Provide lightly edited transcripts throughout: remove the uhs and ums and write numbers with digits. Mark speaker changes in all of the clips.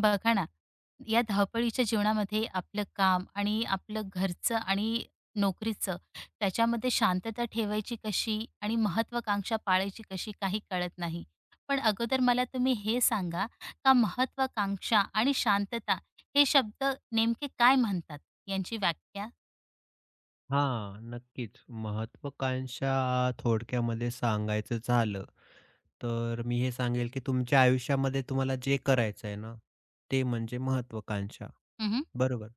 Speaker 1: बघा ना, या धावपळीच्या जीवनामध्ये आपलं काम आणि आपलं घरचं आणि नोकरीचं त्याच्यामध्ये शांतता ठेवायची कशी आणि महत्त्वाकांक्षा पाळायची कशी काही कळत नाही. पण अगोदर मला तुम्ही हे सांगा का महत्त्वाकांक्षा आणि शांतता हे शब्द नेमके काय म्हणतात? यांची व्याख्या?
Speaker 2: हां, नक्कीच. महत्त्वाकांक्षा थोडक्यामध्ये सांगायचं झालं, तर मी हे सांगेल की तुमच्या आयुष्यामध्ये तुम्हाला जे करायचं आहे ना, ते म्हणजे महत्त्वाकांक्षा,
Speaker 1: हं, हं.
Speaker 2: बरोबर?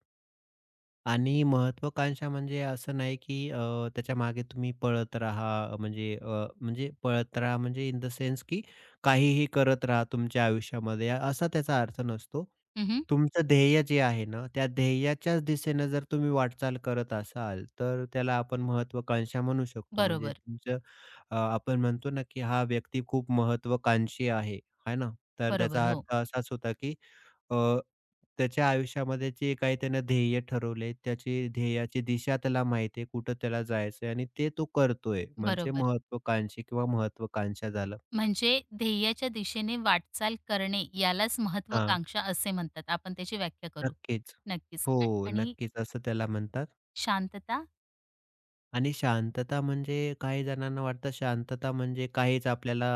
Speaker 2: आणि महत्त्वाकांक्षा म्हणजे असं नाही, की त्याच्यामागे तुम्ही पळत राहा म्हणजे पळत राहा म्हणजे इन द सेन्स, की काहीही करत राहा तुमच्या आयुष्यामध्ये असा त्याचा अर्थ नसतो. तुमचं ध्येय जे आहे ना, त्या ध्येयाच्याच दिशेनं जर तुम्ही वाटचाल करत असाल, तर त्याला आपण महत्त्वाकांक्षा म्हणू शकतो. म्हणजे
Speaker 1: बरोबर,
Speaker 2: तुमचं आपण म्हणतो ना, की हा व्यक्ती खूप महत्त्वाकांक्षी आहे, आहे ना? तर
Speaker 1: बरोबर.
Speaker 2: त्याचा
Speaker 1: हो,
Speaker 2: अर्थ असाच होता, की अ, त्याच्या आयुष्यामध्ये जे काही त्यानं ध्येय ठरवले, त्याची ध्येयाची दिशा त्याला माहिती आहे, कुठं त्याला जायचंय आणि ते तो करतोय. म्हणजे
Speaker 1: बरोबर.
Speaker 2: महत्त्वाकांक्षी किंवा महत्त्वाकांक्षा झालं.
Speaker 1: म्हणजे ध्येयाच्या दिशेने वाटचाल करणे यालाच
Speaker 2: हां.
Speaker 1: महत्त्वाकांक्षा असे म्हणतात. आपण त्याची व्याख्या करू.
Speaker 2: नक्कीच.
Speaker 1: नक्कीच.
Speaker 2: हो,
Speaker 1: आणि
Speaker 2: नक्कीच असं त्याला म्हणतात.
Speaker 1: शांतता.
Speaker 2: आणि शांतता म्हणजे काही जणांना वाटतं शांतता म्हणजे काहीच आपल्याला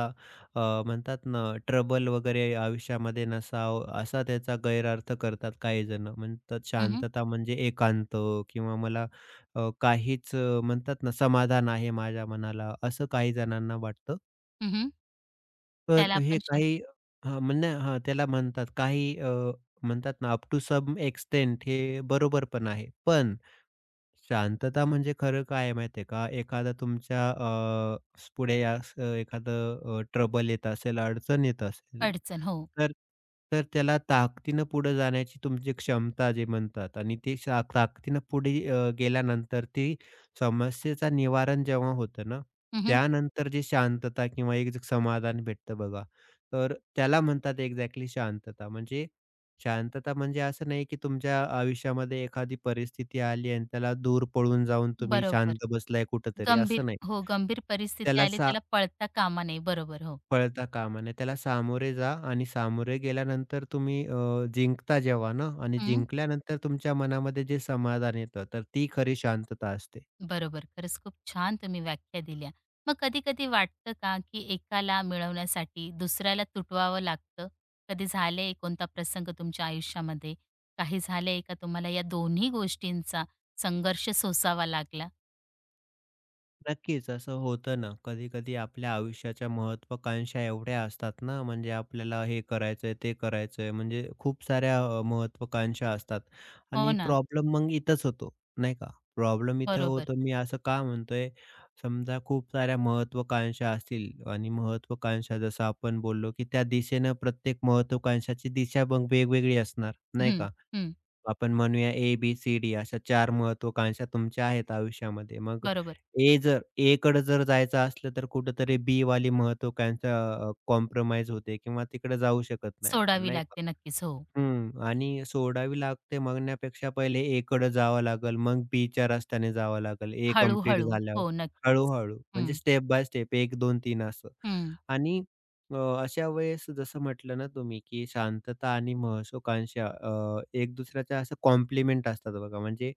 Speaker 2: अ, म्हणतात ना ट्रबल वगैरे आयुष्यामध्ये नसावं असा त्याचा गैरअर्थ करतात काही जण. म्हणतात
Speaker 1: हं, हं.
Speaker 2: शांतता म्हणजे एकांत किंवा मला म्हणतात ना समाधान आहे माझ्या मनाला असं काही जणांना वाटतं.
Speaker 1: हं,
Speaker 2: तर
Speaker 1: त्याला
Speaker 2: हे
Speaker 1: आपण शांत.
Speaker 2: काही हां, म्हणजे हां, त्याला म्हणतात म्हणतात ना अप टू सम एक्सटेंट हे बरोबर पण आहे. पण शांतता म्हणजे खरं काय आहे माहिती आहे का? एखादा तुमच्या पुढे असं एखादं ट्रबल येत असेल, अडचण येत असेल,
Speaker 1: अडचण हो.
Speaker 2: तर तर त्याला ताकदीनं पुढे जाण्याची तुमची क्षमता जे म्हणतात आणि ते ताकदीनं पुढे गेल्यानंतर ती समस्येचं निवारण जेव्हा होतं ना,
Speaker 1: हं, हं.
Speaker 2: त्यानंतर जी शांतता किंवा एक जे समाधान भेटतं बघा, तर त्याला म्हणतात एक्झॅक्टली शांतता. म्हणजे शांतता म्हणजे असं नाही की तुमच्या आयुष्यामध्ये एखादी परिस्थिती आली आणि त्याला दूर पळून जाऊन तुम्ही
Speaker 1: बरोबर.
Speaker 2: शांत बसलाय कुठेतरी,
Speaker 1: गंभीर
Speaker 2: असं नाही.
Speaker 1: हो, गंभीर परिस्थिती
Speaker 2: त्याला
Speaker 1: आली
Speaker 2: सा
Speaker 1: त्याला पळता कामा नये. बरोबर. हो.
Speaker 2: पळता कामा नये. त्याला सामोरे जा आणि सामोरे गेल्यानंतर तुम्ही जिंकता जेव्हा ना आणि जिंकल्यानंतर तुमच्या मनामध्ये जे समाधान येतं, तर ती खरी शांतता असते.
Speaker 1: बरोबर. खरंच खूप छान तुम्ही व्याख्या दिल्या. मग कधी-कधी वाटतं का, की एकाला मिळवण्यासाठी दुसऱ्याला तुटवावं लागतं? कधी झालंय कोणता प्रसंग तुमच्या आयुष्यामध्ये? काही झालंय का तुम्हाला या दोन्ही गोष्टींचा संघर्ष सोसावा लागला?
Speaker 2: नक्कीच असं होतं ना, कधी-कधी आपल्या आयुष्याच्या महत्त्वाकांक्षा एवढ्या असतात ना, म्हणजे आपल्याला हे करायचंय, ते करायचंय, म्हणजे खूप साऱ्या महत्त्वाकांक्षा असतात
Speaker 1: हो
Speaker 2: आणि
Speaker 1: ना.
Speaker 2: प्रॉब्लेम मग इथंच होतो, नाही का? प्रॉब्लेम इथं
Speaker 1: बरोबर.
Speaker 2: होतो मी असं का म्हणतोय? समजा खूप साऱ्या महत्त्वाकांक्षा असतील आणि महत्त्वाकांक्षा जसं आपण बोललो, की त्या दिशेनं प्रत्येक महत्त्वाकांक्षाची दिशा मग वेगवेगळी असणार, नाही
Speaker 1: हं,
Speaker 2: का?
Speaker 1: हं.
Speaker 2: आपण म्हणूया ए, बी, सी, डी अशा 4 महत्त्वाकांक्षा तुमच्या आहेत आयुष्यामध्ये. मग
Speaker 1: बरोबर.
Speaker 2: ए जर एकडे जर जायचं असलं, तर कुठेतरी बीवाली महत्त्वाकांक्षा कॉम्प्रोमाईज होते किंवा तिकडे जाऊ शकत नाही आपण,
Speaker 1: सोडावी
Speaker 2: नाही का?
Speaker 1: लागते नक्कीच. हो.
Speaker 2: हं. आणि सोडावी लागते म्हणण्यापेक्षा पहिले एकडे जावं लागेल, मग बीच्या रस्त्याने जावं लागेल, ए
Speaker 1: हळू.
Speaker 2: कंप्लीट झाल्यावर.
Speaker 1: हो, नक्कीच.
Speaker 2: हळू
Speaker 1: हं,
Speaker 2: म्हणजे स्टेप बाय स्टेप 1, 2, 3 असं.
Speaker 1: हं.
Speaker 2: आणि अ, अशा वेळेस जसं म्हटलं ना तुम्ही, की शांतता आणि महत्त्वाकांक्षा एक दुसऱ्याच्या असं कॉम्प्लिमेंट असतात बघा, म्हणजे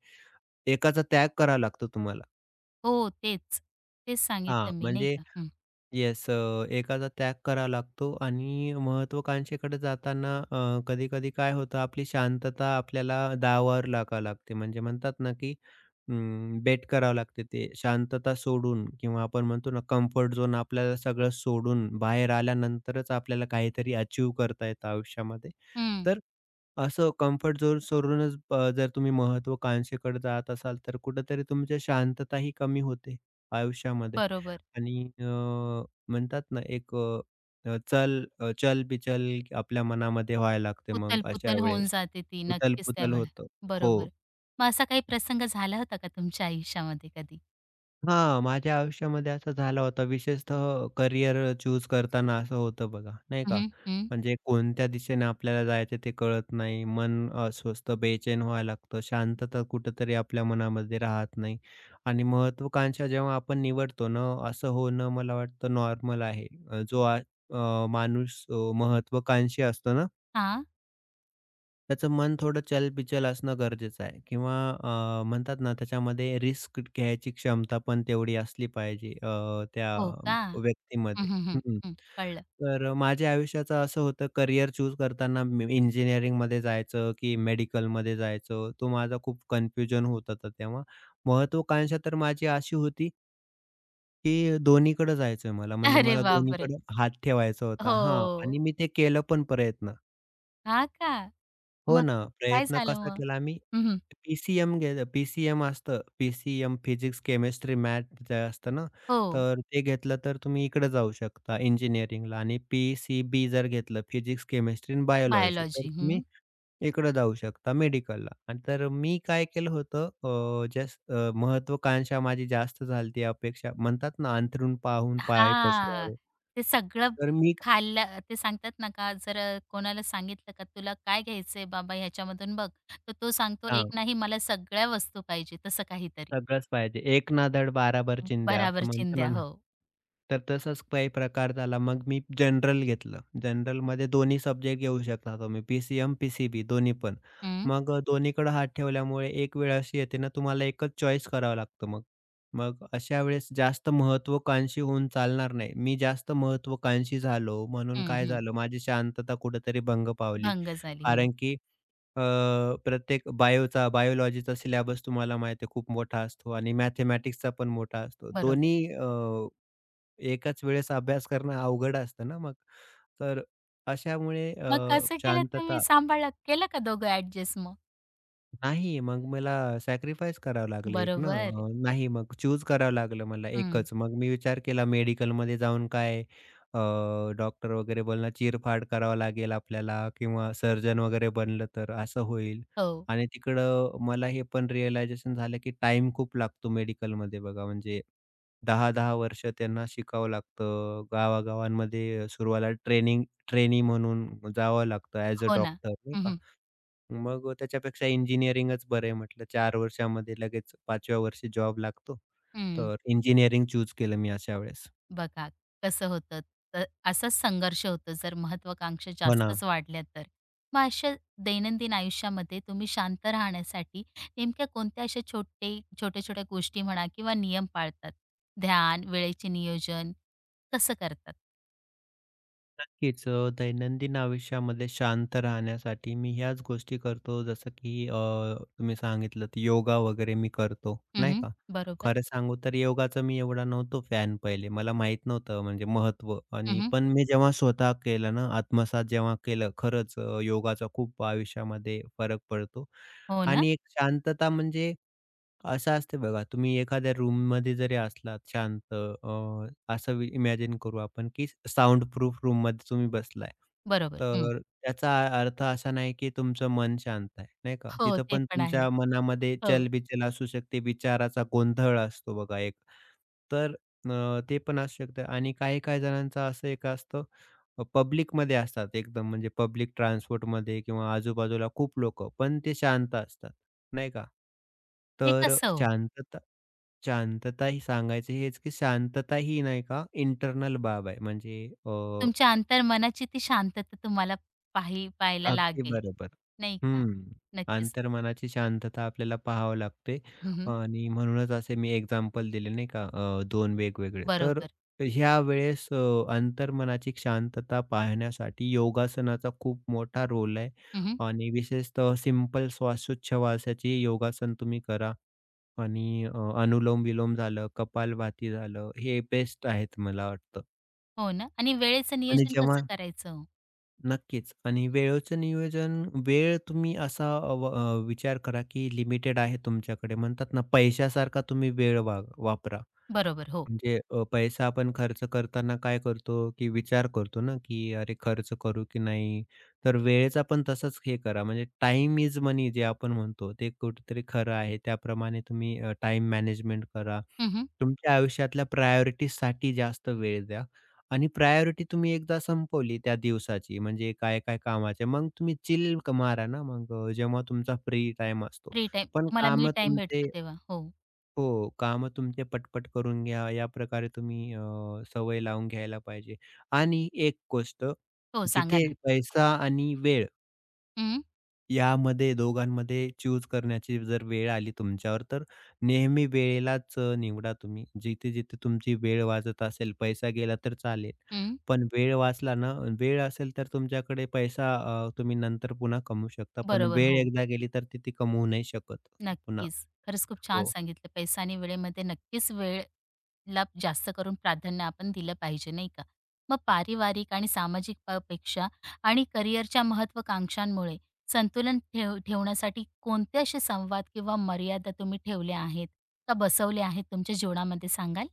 Speaker 2: एकाचा त्याग करावा लागतो तुम्हाला.
Speaker 1: हो, तेच. तेच
Speaker 2: हां,
Speaker 1: सांगितलं मी नाही
Speaker 2: म्हणजे
Speaker 1: का. हं,
Speaker 2: येस एकाचा त्याग करावा लागतो आणि महत्त्वाकांक्षेकडे जाताना कधी-कधी काय होतं आपली शांतता आपल्याला दावावर लागावं लागते. म्हणजे म्हणतात ना, की बेट करावं लागते ते शांतता सोडून किंवा आपण म्हणतो ना कम्फर्ट झोन आपल्याला सगळं सोडून बाहेर आल्यानंतरच आपल्याला काहीतरी अचीव्ह करता येतं आयुष्यामध्ये.
Speaker 1: हं.
Speaker 2: तर असं कम्फर्ट झोन सोडूनच जर तुम्ही महत्त्वाकांक्षेकडे जात असाल तर कुठेतरी तुमची शांतताही कमी होते आयुष्यामध्ये.
Speaker 1: बरोबर.
Speaker 2: आणि अ, म्हणतात ना एक अ, अ, चल अ, चल-बिचल आपल्या मनामध्ये व्हायला लागते मग अशा
Speaker 1: पुतल-पुतल होऊन
Speaker 2: वेळेस.
Speaker 1: जाते ती नक्कीच
Speaker 2: उथल-पुथल
Speaker 1: त्यावेळेला.
Speaker 2: होतं. हो.
Speaker 1: बरोबर. मग असा काही प्रसंग झाला होता का तुमच्या आयुष्यामध्ये कधी?
Speaker 2: हां, माझ्या आयुष्यामध्ये असं झालं होतं विशेषतः करियर चूज करताना असं होतं बघा, नाही
Speaker 1: हं,
Speaker 2: का?
Speaker 1: हं, हं.
Speaker 2: म्हणजे कोणत्या दिशेने आपल्याला जायचं ते कळत नाही. मन अस्वस्थ, बेचैन व्हायला लागतं. शांतता कुठेतरी आपल्या मनामध्ये राहत नाही आणि महत्त्वाकांक्षा जेव्हा आपण निवडतो ना, असं होणं मला वाटतं नॉर्मल आहे. अ, जो आ अ, माणूस महत्त्वाकांक्षी असतो ना
Speaker 1: हां.
Speaker 2: त्याचं मन थोडं चलबिचल असणं गरजेचं आहे किंवा म्हणतात ना त्याच्यामध्ये रिस्क घ्यायची क्षमता पण तेवढी असली पाहिजे त्या
Speaker 1: हो का? हं,
Speaker 2: व्यक्तीमध्ये.
Speaker 1: हं, हं,
Speaker 2: हं.
Speaker 1: हं. कळलं.
Speaker 2: तर माझ्या आयुष्याचं असं होतं करियर चूज करताना मी इंजिनिअरिंगमध्ये जायचं की मेडिकलमध्ये जायचं, तो माझा खूप कन्फ्युजन होत होता तेव्हा. महत्त्वाकांक्षा तर माझी अशी होती की दोन्हीकडे जायचं मला, म्हणजे
Speaker 1: अरे
Speaker 2: मला
Speaker 1: बापरे!
Speaker 2: दोन्हीकडे हात ठेवायचा होता हां आणि
Speaker 1: हो.
Speaker 2: मी ते केलं पण प्रयत्न.
Speaker 1: हां का?
Speaker 2: हो
Speaker 1: मग
Speaker 2: ना,
Speaker 1: काय
Speaker 2: प्रयत्न
Speaker 1: झालं
Speaker 2: कसा
Speaker 1: मग?
Speaker 2: केला आम्ही?
Speaker 1: हं, हं.
Speaker 2: पी घेतलं. पी असतं. पी फिजिक्स, केमिस्ट्री, मॅथ जे असतं ना,
Speaker 1: हो.
Speaker 2: तर ते घेतलं तर तुम्ही इकडे जाऊ शकता इंजिनिअरिंगला आणि पी जर घेतलं फिजिक्स, केमिस्ट्री आणि बायोलॉजी तर
Speaker 1: बायोलॉजी. हं.
Speaker 2: तुम्ही इकडे जाऊ शकता मेडिकलला. आणि तर मी काय केलं होतं जस्ट महत्त्वाकांक्षा माझी जास्त झाली होती अपेक्षा म्हणतात ना, अंथरूण पाहून पाय
Speaker 1: हां.
Speaker 2: पसरावे.
Speaker 1: ते सगळं
Speaker 2: तर मी
Speaker 1: खाल्लं ते सांगतात ना का जर कोणाला सांगितलं का तुला काय घ्यायचंय बाबा ह्याच्यामधून बघ, तर तो सांगतो एक नाही मला सगळ्या वस्तू पाहिजे तसं काहीतरी.
Speaker 2: सगळंच पाहिजे. "एक ना धड बाराभर चिंध्या" असं
Speaker 1: बराबर
Speaker 2: म्हणतो
Speaker 1: चिंध्या.
Speaker 2: ना. ना.
Speaker 1: हो.
Speaker 2: तर तसाच काही प्रकार झाला. मग मी जनरल घेतलं. जनरलमध्ये दोन्ही सब्जेक्ट घेऊ शकता तुम्ही. पी-सी-एम, पी-सी-बी दोन्ही पण.
Speaker 1: हं.
Speaker 2: मग दोन्हीकडे हात ठेवल्यामुळे एक वेळ अशी येते ना तुम्हाला एकच चॉईस करावं लागतं मग. मग अशा वेळेस जास्त महत्त्वाकांक्षी होऊन चालणार नाही. मी जास्त महत्त्वाकांक्षी झालो म्हणून
Speaker 1: हं,
Speaker 2: काय
Speaker 1: हं.
Speaker 2: झालं माझी शांतता कुठेतरी भंग पावली.
Speaker 1: भंग झाली. हं.
Speaker 2: कारण की अ, प्रत्येक बायोलॉजीचा सिलॅबस तुम्हाला माहिती आहे खूप मोठा असतो आणि मॅथेमॅटिक्सचा पण मोठा असतो.
Speaker 1: बरोबर.
Speaker 2: दोन्ही एकाच वेळेस अभ्यास करणं अवघड असतं ना मग. तर अशामुळे अ,
Speaker 1: मग कसं केलं तुम्ही
Speaker 2: शांतता
Speaker 1: सांभाळलं? केलं का दोघं ॲडजस्ट मग?
Speaker 2: नाही, मग मला सॅक्रिफाईस करावं लागलं एक ना.
Speaker 1: बरोबर.
Speaker 2: नाही मग चूज करावं लागलं मला
Speaker 1: हं.
Speaker 2: एकच. मग मी विचार केला मेडिकलमध्ये जाऊन काय अ, डॉक्टर वगैरे बनला चीरफाड करावं लागेल आपल्याला किंवा सर्जन वगैरे बनलं तर असं होईल.
Speaker 1: हो.
Speaker 2: आणि तिकडं मला हे पण रिअलायझेशन झालं, की टाईम खूप लागतो मेडिकलमध्ये बघा. म्हणजे 10-10 वर्ष त्यांना शिकावं लागतं. गावागावांमध्ये सुरुवातीला ट्रेनी म्हणून जावं लागतं ॲज अ
Speaker 1: हो ना.
Speaker 2: डॉक्टर.
Speaker 1: हं, हं.
Speaker 2: मग त्याच्यापेक्षा इंजिनिअरिंगच बरं आहे म्हटलं. 4 वर्षामध्ये लगेच 5व्या वर्षी जॉब लागतो.
Speaker 1: हं.
Speaker 2: तर इंजिनिअरिंग चूज केलं मी अशा वेळेस.
Speaker 1: बघा कसं होतं, तर असाच संघर्ष होतो जर महत्त्वाकांक्षा
Speaker 2: हो ना.
Speaker 1: जास्तच वाढल्या तर. मग अशा दैनंदिन आयुष्यामध्ये तुम्ही शांत राहण्यासाठी नेमक्या कोणत्या अशा छोट्या-छोट्या गोष्टी म्हणा किंवा नियम पाळतात? ध्यान, वेळेचे नियोजन कसं करतात?
Speaker 2: नक्कीच. दैनंदिन आयुष्यामध्ये शांत राहण्यासाठी मी ह्याच गोष्टी करतो जसं की तुम्ही सांगितलंत योगा वगैरे मी करतो,
Speaker 1: हं,
Speaker 2: नाही
Speaker 1: हं.
Speaker 2: का.
Speaker 1: बरोबर.
Speaker 2: खरं सांगू तर योगाचा मी एवढा नव्हतो फॅन पहिले. मला माहीत नव्हतं म्हणजे महत्त्व आणि
Speaker 1: हं,
Speaker 2: पण मी जेव्हा स्वतः केलं ना, आत्मसात जेव्हा केलं खरंच योगाचा खूप आयुष्यामध्ये फरक पडतो
Speaker 1: हो ना,
Speaker 2: आणि एक शांतता म्हणजे असं असते बघा, तुम्ही एखाद्या रूममध्ये जरी असलात शांत असं इमॅजिन करू आपण, की साउंड प्रूफ रूममध्ये तुम्ही बसलाय.
Speaker 1: बरोबर. हं.
Speaker 2: तर त्याचा अर्थ असा नाही, की तुमचं मन शांत आहे, नाही का?
Speaker 1: हो,
Speaker 2: तिथं
Speaker 1: ते
Speaker 2: पण
Speaker 1: पण आहे.
Speaker 2: तुमच्या मनामध्ये
Speaker 1: हो.
Speaker 2: चलबिचल असू शकते, विचाराचा गोंधळ असतो बघा एक. तर ते पण असू शकतं आणि काही-काही जणांचं असं एक असतं पब्लिकमध्ये असतात एकदम म्हणजे पब्लिक ट्रान्सपोर्टमध्ये किंवा आजूबाजूला खूप लोकं, पण ते शांत असतात, नाही का?
Speaker 1: ते
Speaker 2: तर
Speaker 1: कसं हो,
Speaker 2: शांतता शांतता ही सांगायचं हेच, की शांतता ही नाही का इंटरनल बाब आहे.
Speaker 1: तुमच्या अंतर्मनाची ती शांतता तुम्हाला पाहायला
Speaker 2: अगदी
Speaker 1: लागेल,
Speaker 2: बरोबर.
Speaker 1: नाही का?
Speaker 2: हं.
Speaker 1: नक्कीच.
Speaker 2: अंतर्मनाची शांतता आपल्याला पाहावं लागते
Speaker 1: हं,
Speaker 2: आणि म्हणूनच असे मी एक्झाम्पल दिले नाही का 2 वेगवेगळे.
Speaker 1: बरोबर.
Speaker 2: ह्या वेळेस अंतर्मनाची शांतता पाहण्यासाठी योगासनाचा खूप मोठा रोल आहे
Speaker 1: हं,
Speaker 2: आणि विशेषतः सिंपल श्वासोच्छवासाची योगासन तुम्ही करा आणि अनुलोम-विलोम झालं, कपालभाती झालं, हे बेस्ट आहेत मला वाटतं.
Speaker 1: हो ना आणि वेळेचं
Speaker 2: आणि
Speaker 1: नियोजन कसं
Speaker 2: जेव्हा
Speaker 1: करायचं हो?
Speaker 2: नक्कीच आणि वेळेचं नियोजन वेळ तुम्ही असा विचार करा की लिमिटेड आहे तुमच्याकडे म्हणतात ना पैशासारखा तुम्ही वेळ वापरा.
Speaker 1: बरोबर, हो.
Speaker 2: म्हणजे पैसा आपण खर्च करताना काय करतो, की विचार करतो ना, की "अरे खर्च करू की नाही?" तर वेळेचा पण तसंच हे करा, म्हणजे टाईम इज मनी जे आपण म्हणतो, ते कुठेतरी खरं आहे. त्याप्रमाणे तुम्ही मॅनेजमेंट करा.
Speaker 1: हं, हं.
Speaker 2: तुमच्या आयुष्यातल्या प्रायोरिटीजसाठी जास्त वेळ द्या आणि प्रायोरिटी तुम्ही एकदा संपवली त्या दिवसाची, म्हणजे काय-काय कामाचे, मग तुम्ही चिल मारा ना, मग जेव्हा तुमचा फ्री टाईम असतो.
Speaker 1: फ्री टाईम
Speaker 2: पण
Speaker 1: तुम्हाला मी
Speaker 2: कामं
Speaker 1: टाइम
Speaker 2: तुमचे
Speaker 1: भेटतो तेव्हा. हो.
Speaker 2: हो, कामं तुमचे पटपट करून घ्या, या प्रकारे तुम्ही सवय लावून घ्यायला पाहिजे. आणि एक गोष्ट,
Speaker 1: हो, सांगा ना.
Speaker 2: जिथे पैसा आणि वेळ
Speaker 1: हं,
Speaker 2: यामध्ये दोघांमध्ये चूज करण्याची जर वेळ आली तुमच्यावर, तर नेहमी वेळेलाच निवडा तुम्ही. जिथे-जिथे तुमची वेळ वाचत असेल, पैसा गेला तर चालेल,
Speaker 1: हं.
Speaker 2: पण वेळ वाचला ना, वेळ असेल तर तुमच्याकडे पैसा तुम्ही नंतर पुन्हा कमवू शकता, पण
Speaker 1: बरोबर,
Speaker 2: वेळ
Speaker 1: हो.
Speaker 2: एकदा गेली तर ती ती कमवू नाही शकत पुन्हा.
Speaker 1: नक्कीच. खरंच खूप छान
Speaker 2: हो.
Speaker 1: सांगितलं. पैसा आणि वेळेमध्ये नक्कीच वेळ ला जास्त करून प्राधान्य आपण दिलं पाहिजे, नाही का? मग पारिवारिक आणि सामाजिक पेक्षा आणि करिअरच्या महत्त्वाकांक्षांमुळे संतुलन ठेवण्यासाठी कोणते असे संवाद किंवा मर्यादा तुम्ही ठेवल्या आहेत का बसवल्या आहेत तुमच्या जीवनामध्ये सांगाल?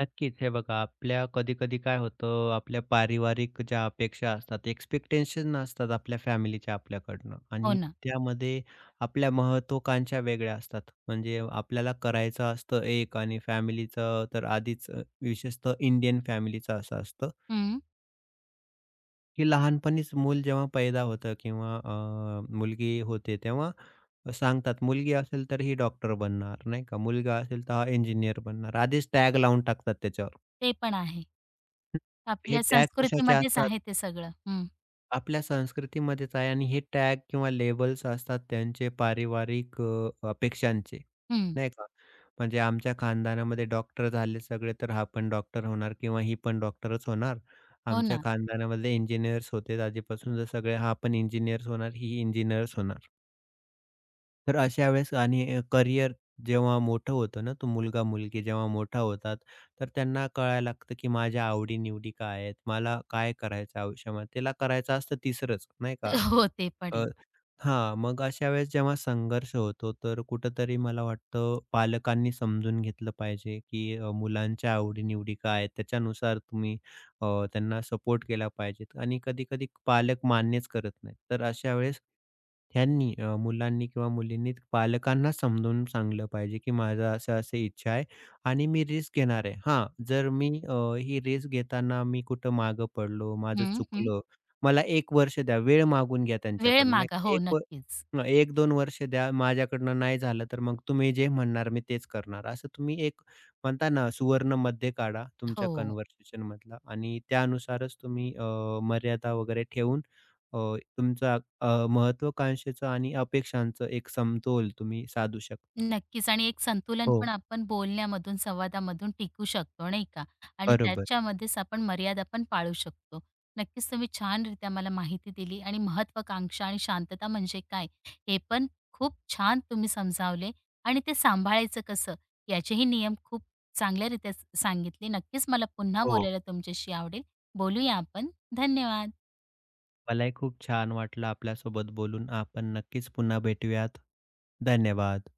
Speaker 2: नक्कीच. हे बघा, आपल्या कधी-कधी काय होतं, आपल्या पारिवारिक ज्या अपेक्षा असतात, एक्स्पेक्टेशन असतात आपल्या फॅमिलीच्या आपल्याकडनं
Speaker 1: हो
Speaker 2: आणि
Speaker 1: ना.
Speaker 2: त्यामध्ये आपल्या महत्त्वाकांक्षा वेगळ्या असतात. म्हणजे आपल्याला करायचं असतं एक आणि फॅमिलीचं तर आधीच विशेषतः इंडियन फॅमिलीचं असं असतं,
Speaker 1: हं.
Speaker 2: की लहानपणीच मूल जेव्हा पैदा होतं किंवा मुलगी होते तेव्हा सांगतात, मुलगी असेल तर ही डॉक्टर बनणार, नाही का? मुलगा असेल तर हा इंजिनिअर बनणार. आधीच टॅग लावून टाकतात त्याच्यावर.
Speaker 1: ते पण आहे.
Speaker 2: हे
Speaker 1: आपल्या
Speaker 2: टॅग कशाचे
Speaker 1: संस्कृतीमध्येच
Speaker 2: असतात?
Speaker 1: आहे ते सगळं. हं,
Speaker 2: आपल्या संस्कृतीमध्येच आहे आणि हे टॅग किंवा लेबल्स असतात त्यांचे पारिवारिक अपेक्षांचे,
Speaker 1: हं.
Speaker 2: नाही का? म्हणजे आमच्या खानदानामध्ये डॉक्टर झाले सगळे, तर हा पण डॉक्टर होणार किंवा ही पण डॉक्टरच होणार.
Speaker 1: हो
Speaker 2: आमच्या
Speaker 1: ना.
Speaker 2: खानदानामध्ये इंजिनिअर्स होते आधीपासून, तर सगळे हा पण इंजिनिअर्स होणार, ही इंजिनिअर्स होणार. तर अशा वेळेस करिअर जेव्हा मोठं होतं ना, तो मुलगा-मुलगी जेव्हा मोठा होतात, तर त्यांना कळायला लागतं, की माझ्या आवडी काय आहेत? मला काय करायचं आयुष्यामध्ये? त्याला करायचं असतं तिसरंच, नाही का?
Speaker 1: हो, ते पण आहे.
Speaker 2: हां, मग अशा वेळेस जेव्हा संघर्ष होतो, तर कुठेतरी मला वाटतं पालकांनी समजून घेतलं पाहिजे, की मुलांच्या आवडी-निवडी काय आहेत, त्याच्यानुसार तुम्ही अ, त्यांना सपोर्ट केला पाहिजे आणि कधी-कधी पालक मान्यच करत नाहीत. तर अशा वेळेस त्यांनी मुलांनी किंवा मुलींनी पालकांना समजावून सांगितलं पाहिजे, की माझं असं-अशी इच्छा आहे आणि मी रिस्क घेणार आहे. हां, जर मी ही रिस्क घेताना मी कुठं मागं पडलो, माझं
Speaker 1: हं, हं.
Speaker 2: चुकलं मला एक वर्ष द्या, वेळ मागून घ्या
Speaker 1: वेळ
Speaker 2: त्यांच्याकडून नाही
Speaker 1: मागा.
Speaker 2: का.
Speaker 1: हो,
Speaker 2: 1 व
Speaker 1: नक्कीच.
Speaker 2: हं, 1-2 वर्ष द्या, माझ्याकडनं नाही झालं तर मग तुम्ही जे म्हणणार मी तेच करणार. असं तुम्ही एक म्हणता ना सुवर्ण मध्य काढा तुमच्या
Speaker 1: हो.
Speaker 2: कन्व्हर्सेशनमधला आणि त्यानुसारच तुम्ही मर्यादा वगैरे ठेवून अ, तुमचा महत्त्वाकांक्षेचं आणि अपेक्षांचं एक समतोल तुम्ही साधू शकता.
Speaker 1: नक्कीच आणि एक संतुलन पण
Speaker 2: हो,
Speaker 1: आपण बोलण्यामधून, संवादामधून टिकू शकतो, नाही का? आणि
Speaker 2: बरोबर.
Speaker 1: त्याच्यामध्येच आपण मर्यादा पण पाळू शकतो. नक्कीच तुम्ही छानरित्या मला माहिती दिली आणि महत्त्वाकांक्षा आणि शांतता म्हणजे काय, हे पण खूप छान तुम्ही समजावले आणि ते सांभाळायचं कसं, याचेही नियम खूप चांगल्यारित्या सांगितले. नक्कीच मला पुन्हा
Speaker 2: हो,
Speaker 1: बोलायला तुमच्याशी आवडेल. बोलूया आपण. धन्यवाद.
Speaker 2: मलाही खूप छान वाटलं आपल्यासोबत बोलून. आपण नक्कीच पुन्हा भेटूयात. धन्यवाद.